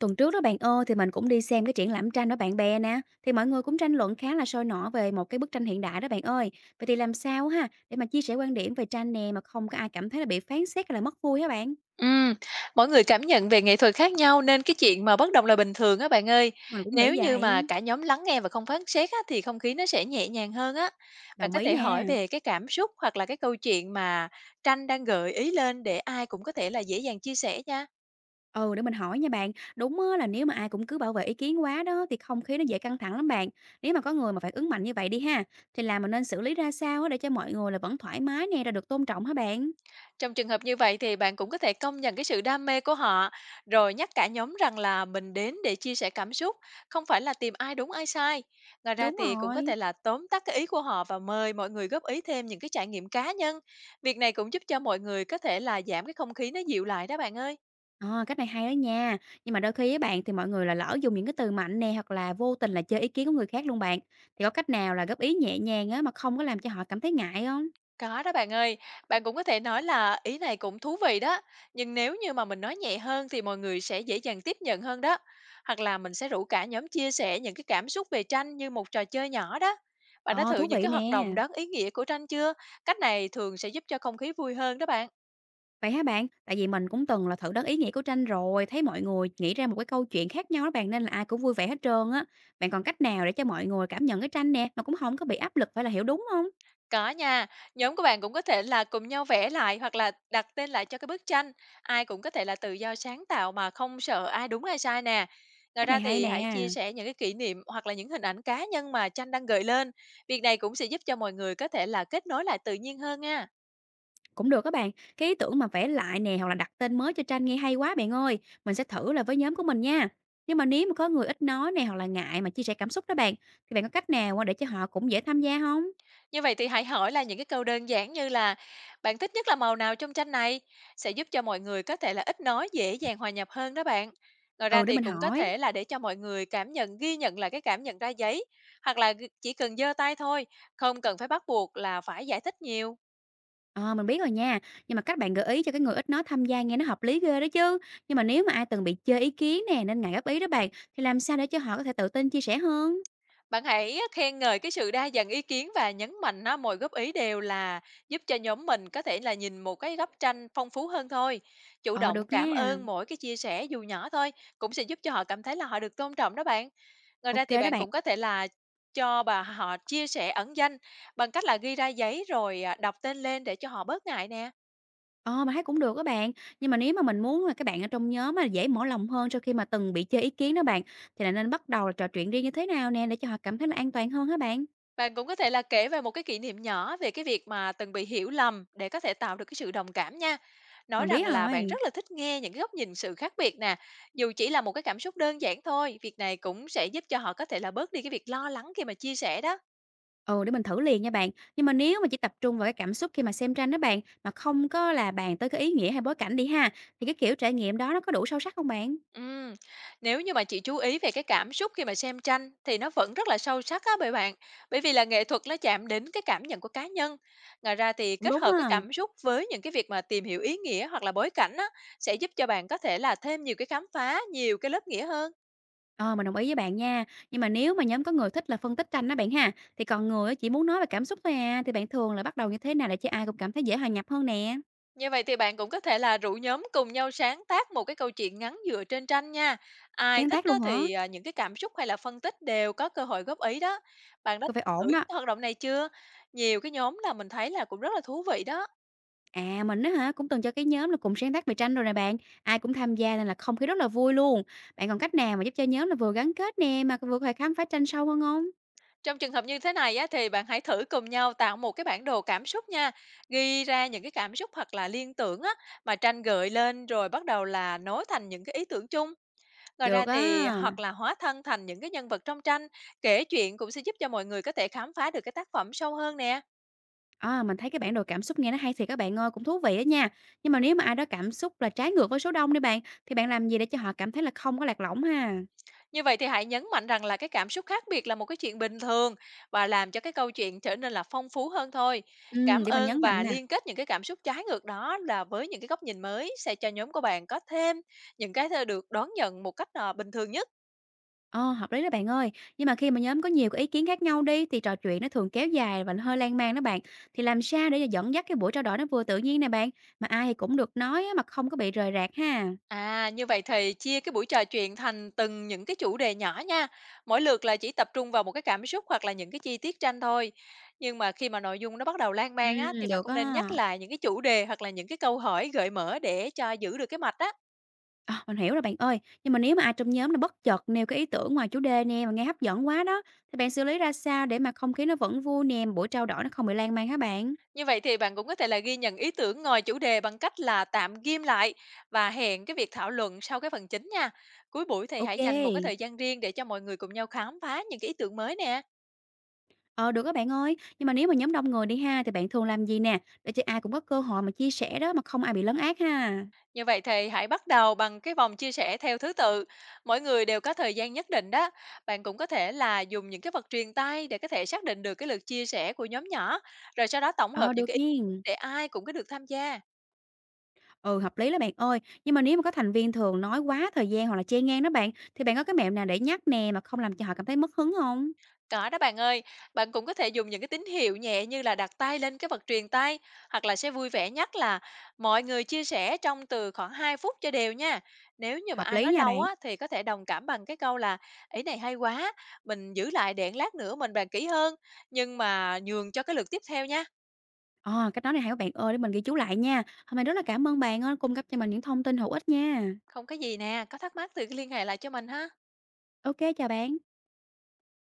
Tuần trước đó bạn ơi, thì mình cũng đi xem cái triển lãm tranh đó bạn bè nè, thì mọi người cũng tranh luận khá là sôi nổi về một cái bức tranh hiện đại đó bạn ơi. Vậy thì làm sao ha để mà chia sẻ quan điểm về tranh nè mà không có ai cảm thấy là bị phán xét hay là mất vui hả bạn? Ừm, mỗi người cảm nhận về nghệ thuật khác nhau nên cái chuyện mà bất đồng là bình thường á bạn ơi. Mình cũng Nếu nghĩ như vậy. mà cả nhóm lắng nghe và không phán xét á, thì không khí nó sẽ nhẹ nhàng hơn á. Bạn Đồng có ý thể hỏi nha. về cái cảm xúc hoặc là cái câu chuyện mà tranh đang gợi ý lên để ai cũng có thể là dễ dàng chia sẻ nha. Ừ, để mình hỏi nha bạn. Đúng á, là nếu mà ai cũng cứ bảo vệ ý kiến quá đó thì không khí nó dễ căng thẳng lắm bạn. Nếu mà có người mà phản ứng mạnh như vậy đi ha, thì là mình nên xử lý ra sao á để cho mọi người là vẫn thoải mái nè, rồi được tôn trọng hả bạn? Trong trường hợp như vậy thì bạn cũng có thể công nhận cái sự đam mê của họ, rồi nhắc cả nhóm rằng là mình đến để chia sẻ cảm xúc, không phải là tìm ai đúng ai sai. Ngoài ra Đúng thì cũng có rồi. thể là tóm tắt cái ý của họ và mời mọi người góp ý thêm những cái trải nghiệm cá nhân. Việc này cũng giúp cho mọi người có thể là giảm cái không khí nó dịu lại đó bạn ơi. Ờ, cách này hay đó nha. Nhưng mà đôi khi với bạn, thì mọi người là lỡ dùng những cái từ mạnh nè, hoặc là vô tình là chơi ý kiến của người khác luôn bạn. Thì có cách nào là góp ý nhẹ nhàng á, mà không có làm cho họ cảm thấy ngại không? Có đó bạn ơi, bạn cũng có thể nói là ý này cũng thú vị đó, nhưng nếu như mà mình nói nhẹ hơn thì mọi người sẽ dễ dàng tiếp nhận hơn đó. Hoặc là mình sẽ rủ cả nhóm chia sẻ những cái cảm xúc về tranh như một trò chơi nhỏ đó. Bạn đã Ờ, thử thú những vị cái hoạt nè. động đoán ý nghĩa của tranh chưa? Cách này thường sẽ giúp cho không khí vui hơn đó bạn. Vậy hả bạn? Tại vì mình cũng từng là thử đoán ý nghĩa của tranh rồi, thấy mọi người nghĩ ra một cái câu chuyện khác nhau đó bạn, nên là ai cũng vui vẻ hết trơn á. Bạn còn cách nào để cho mọi người cảm nhận cái tranh nè, mà cũng không có bị áp lực phải là hiểu đúng không? Có nha, nhóm của bạn cũng có thể là cùng nhau vẽ lại hoặc là đặt tên lại cho cái bức tranh. Ai cũng có thể là tự do sáng tạo mà không sợ ai đúng ai sai nè. Ngoài Cách ra này hay thì nè. hãy chia sẻ những cái kỷ niệm hoặc là những hình ảnh cá nhân mà tranh đang gợi lên. Việc này cũng sẽ giúp cho mọi người có thể là kết nối lại tự nhiên hơn nha. Cũng được các bạn, cái ý tưởng mà vẽ lại nè hoặc là đặt tên mới cho tranh nghe hay quá bạn ơi. Mình sẽ thử là với nhóm của mình nha. Nhưng mà nếu mà có người ít nói nè hoặc là ngại mà chia sẻ cảm xúc đó bạn, thì bạn có cách nào mà để cho họ cũng dễ tham gia không? Như vậy thì hãy hỏi là những cái câu đơn giản như là "Bạn thích nhất là màu nào trong tranh này?" sẽ giúp cho mọi người có thể là ít nói, dễ dàng hòa nhập hơn đó bạn. Ngoài ra Ừ, để thì mình cũng có hỏi. thể là để cho mọi người cảm nhận ghi nhận là cái cảm nhận ra giấy, hoặc là g chỉ cần giơ tay thôi, không cần phải bắt buộc là phải giải thích nhiều. Ờ, mình biết rồi nha, nhưng mà các bạn gợi ý cho cái người ít nói tham gia nghe nó hợp lý ghê đó chứ. Nhưng mà nếu mà ai từng bị chơi ý kiến nè nên ngại góp ý đó bạn, thì làm sao để cho họ có thể tự tin chia sẻ hơn? Bạn hãy khen ngợi cái sự đa dạng ý kiến và nhấn mạnh á, mọi góp ý đều là giúp cho nhóm mình có thể là nhìn một cái góc tranh phong phú hơn thôi. Chủ Ờ, động được cảm nha. ơn mỗi cái chia sẻ dù nhỏ thôi cũng sẽ giúp cho họ cảm thấy là họ được tôn trọng đó bạn. Ngoài ra Ok thì đó bạn bạn. cũng có thể là cho bà họ chia sẻ ẩn danh bằng cách là ghi ra giấy rồi à, đọc tên lên để cho họ bớt ngại nè. Ờ, mình thấy cũng được các bạn, nhưng mà nếu mà mình muốn là các bạn ở trong nhóm mà dễ mở lòng hơn sau khi mà từng bị chê ý kiến đó bạn, thì là nên bắt đầu là trò chuyện riêng như thế nào nè để cho họ cảm thấy là an toàn hơn hả bạn? Bạn cũng có thể là kể về một cái kỷ niệm nhỏ về cái việc mà từng bị hiểu lầm để có thể tạo được cái sự đồng cảm nha. Nói Mình biết rằng là bạn rất rồi. là thích nghe những cái góc nhìn sự khác biệt nè, dù chỉ là một cái cảm xúc đơn giản thôi, việc này cũng sẽ giúp cho họ có thể là bớt đi cái việc lo lắng khi mà chia sẻ đó. Ừ, để mình thử liền nha bạn. Nhưng mà nếu mà chỉ tập trung vào cái cảm xúc khi mà xem tranh đó bạn, mà không có là bàn tới cái ý nghĩa hay bối cảnh đi ha, thì cái kiểu trải nghiệm đó nó có đủ sâu sắc không bạn? Ừm, nếu như mà chị chú ý về cái cảm xúc khi mà xem tranh thì nó vẫn rất là sâu sắc á bởi bạn, bởi vì là nghệ thuật nó chạm đến cái cảm nhận của cá nhân. Ngoài ra thì Cũng kết đúng hợp cái ha. cảm xúc với những cái việc mà tìm hiểu ý nghĩa hoặc là bối cảnh á, sẽ giúp cho bạn có thể là thêm nhiều cái khám phá, nhiều cái lớp nghĩa hơn. Ờ, mình đồng ý với bạn nha. Nhưng mà nếu mà nhóm có người thích là phân tích tranh đó bạn ha, thì còn người á chỉ muốn nói về cảm xúc thôi à, thì bạn thường là bắt đầu như thế nào để cho ai cũng cảm thấy dễ hòa nhập hơn nè? Như vậy thì bạn cũng có thể là rủ nhóm cùng nhau sáng tác một cái câu chuyện ngắn dựa trên tranh nha. Ai Sáng thích tác đó luôn hả? thì, à, những cái cảm xúc hay là phân tích đều có cơ hội góp ý đó. Bạn đã Cũng phải thử ổn những đó. cái hoạt động này chưa? Nhiều cái nhóm là mình thấy là cũng rất là thú vị đó. À, mình á hả, cũng từng cho cái nhóm là cùng sáng tác về tranh rồi nè bạn, ai cũng tham gia nên là không khí rất là vui luôn. Bạn còn cách nào mà giúp cho nhóm là vừa gắn kết nè, mà vừa có thể khám phá tranh sâu hơn không? Trong trường hợp như thế này á thì bạn hãy thử cùng nhau tạo một cái bản đồ cảm xúc nha. Ghi ra những cái cảm xúc hoặc là liên tưởng á mà tranh gợi lên rồi bắt đầu là nối thành những cái ý tưởng chung. Ngoài ra Được thì hoặc á. là hóa thân thành những cái nhân vật trong tranh, kể chuyện cũng sẽ giúp cho mọi người có thể khám phá được cái tác phẩm sâu hơn nè. À, mình thấy cái bản đồ cảm xúc nghe nó hay thiệt các bạn ơi, cũng thú vị đó nha. Nhưng mà nếu mà ai đó cảm xúc là trái ngược với số đông đi bạn, thì bạn làm gì để cho họ cảm thấy là không có lạc lõng ha? Như vậy thì hãy nhấn mạnh rằng là cái cảm xúc khác biệt là một cái chuyện bình thường và làm cho cái câu chuyện trở nên là phong phú hơn thôi. Cảm Để mình ơn nhấn và mạnh nè. liên kết những cái cảm xúc trái ngược đó là với những cái góc nhìn mới sẽ cho nhóm của bạn có thêm những cái được đón nhận một cách à, bình thường nhất. Ờ, hợp lý đó bạn ơi. Nhưng mà khi mà nhóm có nhiều cái ý kiến khác nhau đi thì trò chuyện nó thường kéo dài và nó hơi lan man đó bạn. Thì làm sao để dẫn dắt cái buổi trao đổi nó vừa tự nhiên nè bạn, mà ai thì cũng được nói á, mà không có bị rời rạc ha. À, như vậy thì chia cái buổi trò chuyện thành từng những cái chủ đề nhỏ nha. Mỗi lượt là chỉ tập trung vào một cái cảm xúc hoặc là những cái chi tiết tranh thôi. Nhưng mà khi mà nội dung nó bắt đầu lan Ừ, man á thì bạn được cũng á. nên nhắc lại những cái chủ đề hoặc là những cái câu hỏi gợi mở để cho giữ được cái mạch á. Ờ, mình hiểu rồi bạn ơi. Nhưng mà nếu mà ai trong nhóm nó bất chợt nêu cái ý tưởng ngoài chủ đề nè mà nghe hấp dẫn quá đó thì bạn xử lý ra sao để mà không khí nó vẫn vui nè, mà buổi trao đổi nó không bị lan man hả bạn? Như vậy thì bạn cũng có thể là ghi nhận ý tưởng ngoài chủ đề bằng cách là tạm ghim lại và hẹn cái việc thảo luận sau cái phần chính nha. Cuối buổi thì hãy Ok. dành một cái thời gian riêng để cho mọi người cùng nhau khám phá những cái ý tưởng mới nè. Ờ, được các bạn ơi, nhưng mà nếu mà nhóm đông người đi ha, thì bạn thường làm gì nè, để cho ai cũng có cơ hội mà chia sẻ đó mà không ai bị lấn át ha? Như vậy thì hãy bắt đầu bằng cái vòng chia sẻ theo thứ tự. Mỗi người đều có thời gian nhất định đó. Bạn cũng có thể là dùng những cái vật truyền tay để có thể xác định được cái lượt chia sẻ của nhóm nhỏ, rồi sau đó tổng hợp Ờ, những cái được ý kiến nhiên. để ai cũng có được tham gia. Ừ, hợp lý đó bạn ơi, nhưng mà nếu mà có thành viên thường nói quá thời gian hoặc là chen ngang đó bạn, thì bạn có cái mẹo nào để nhắc nè mà không làm cho họ cảm thấy mất hứng không? Có đó bạn ơi, bạn cũng có thể dùng những cái tín hiệu nhẹ như là đặt tay lên cái vật truyền tay hoặc là sẽ vui vẻ nhắc là mọi người chia sẻ trong từ khoảng 2 phút cho đều nha. Nếu như mà Hợp ai lý nói nha lâu bạn. á thì có thể đồng cảm bằng cái câu là ý này hay quá, mình giữ lại để lát nữa mình bàn kỹ hơn, nhưng mà nhường cho cái lượt tiếp theo nha. Ờ, cách nói này hay các bạn ơi, để mình ghi chú lại nha. Hôm nay rất là cảm ơn bạn á, cung cấp cho mình những thông tin hữu ích nha. Không có gì nè, có thắc mắc thì cứ liên hệ lại cho mình ha. Ok chào bạn.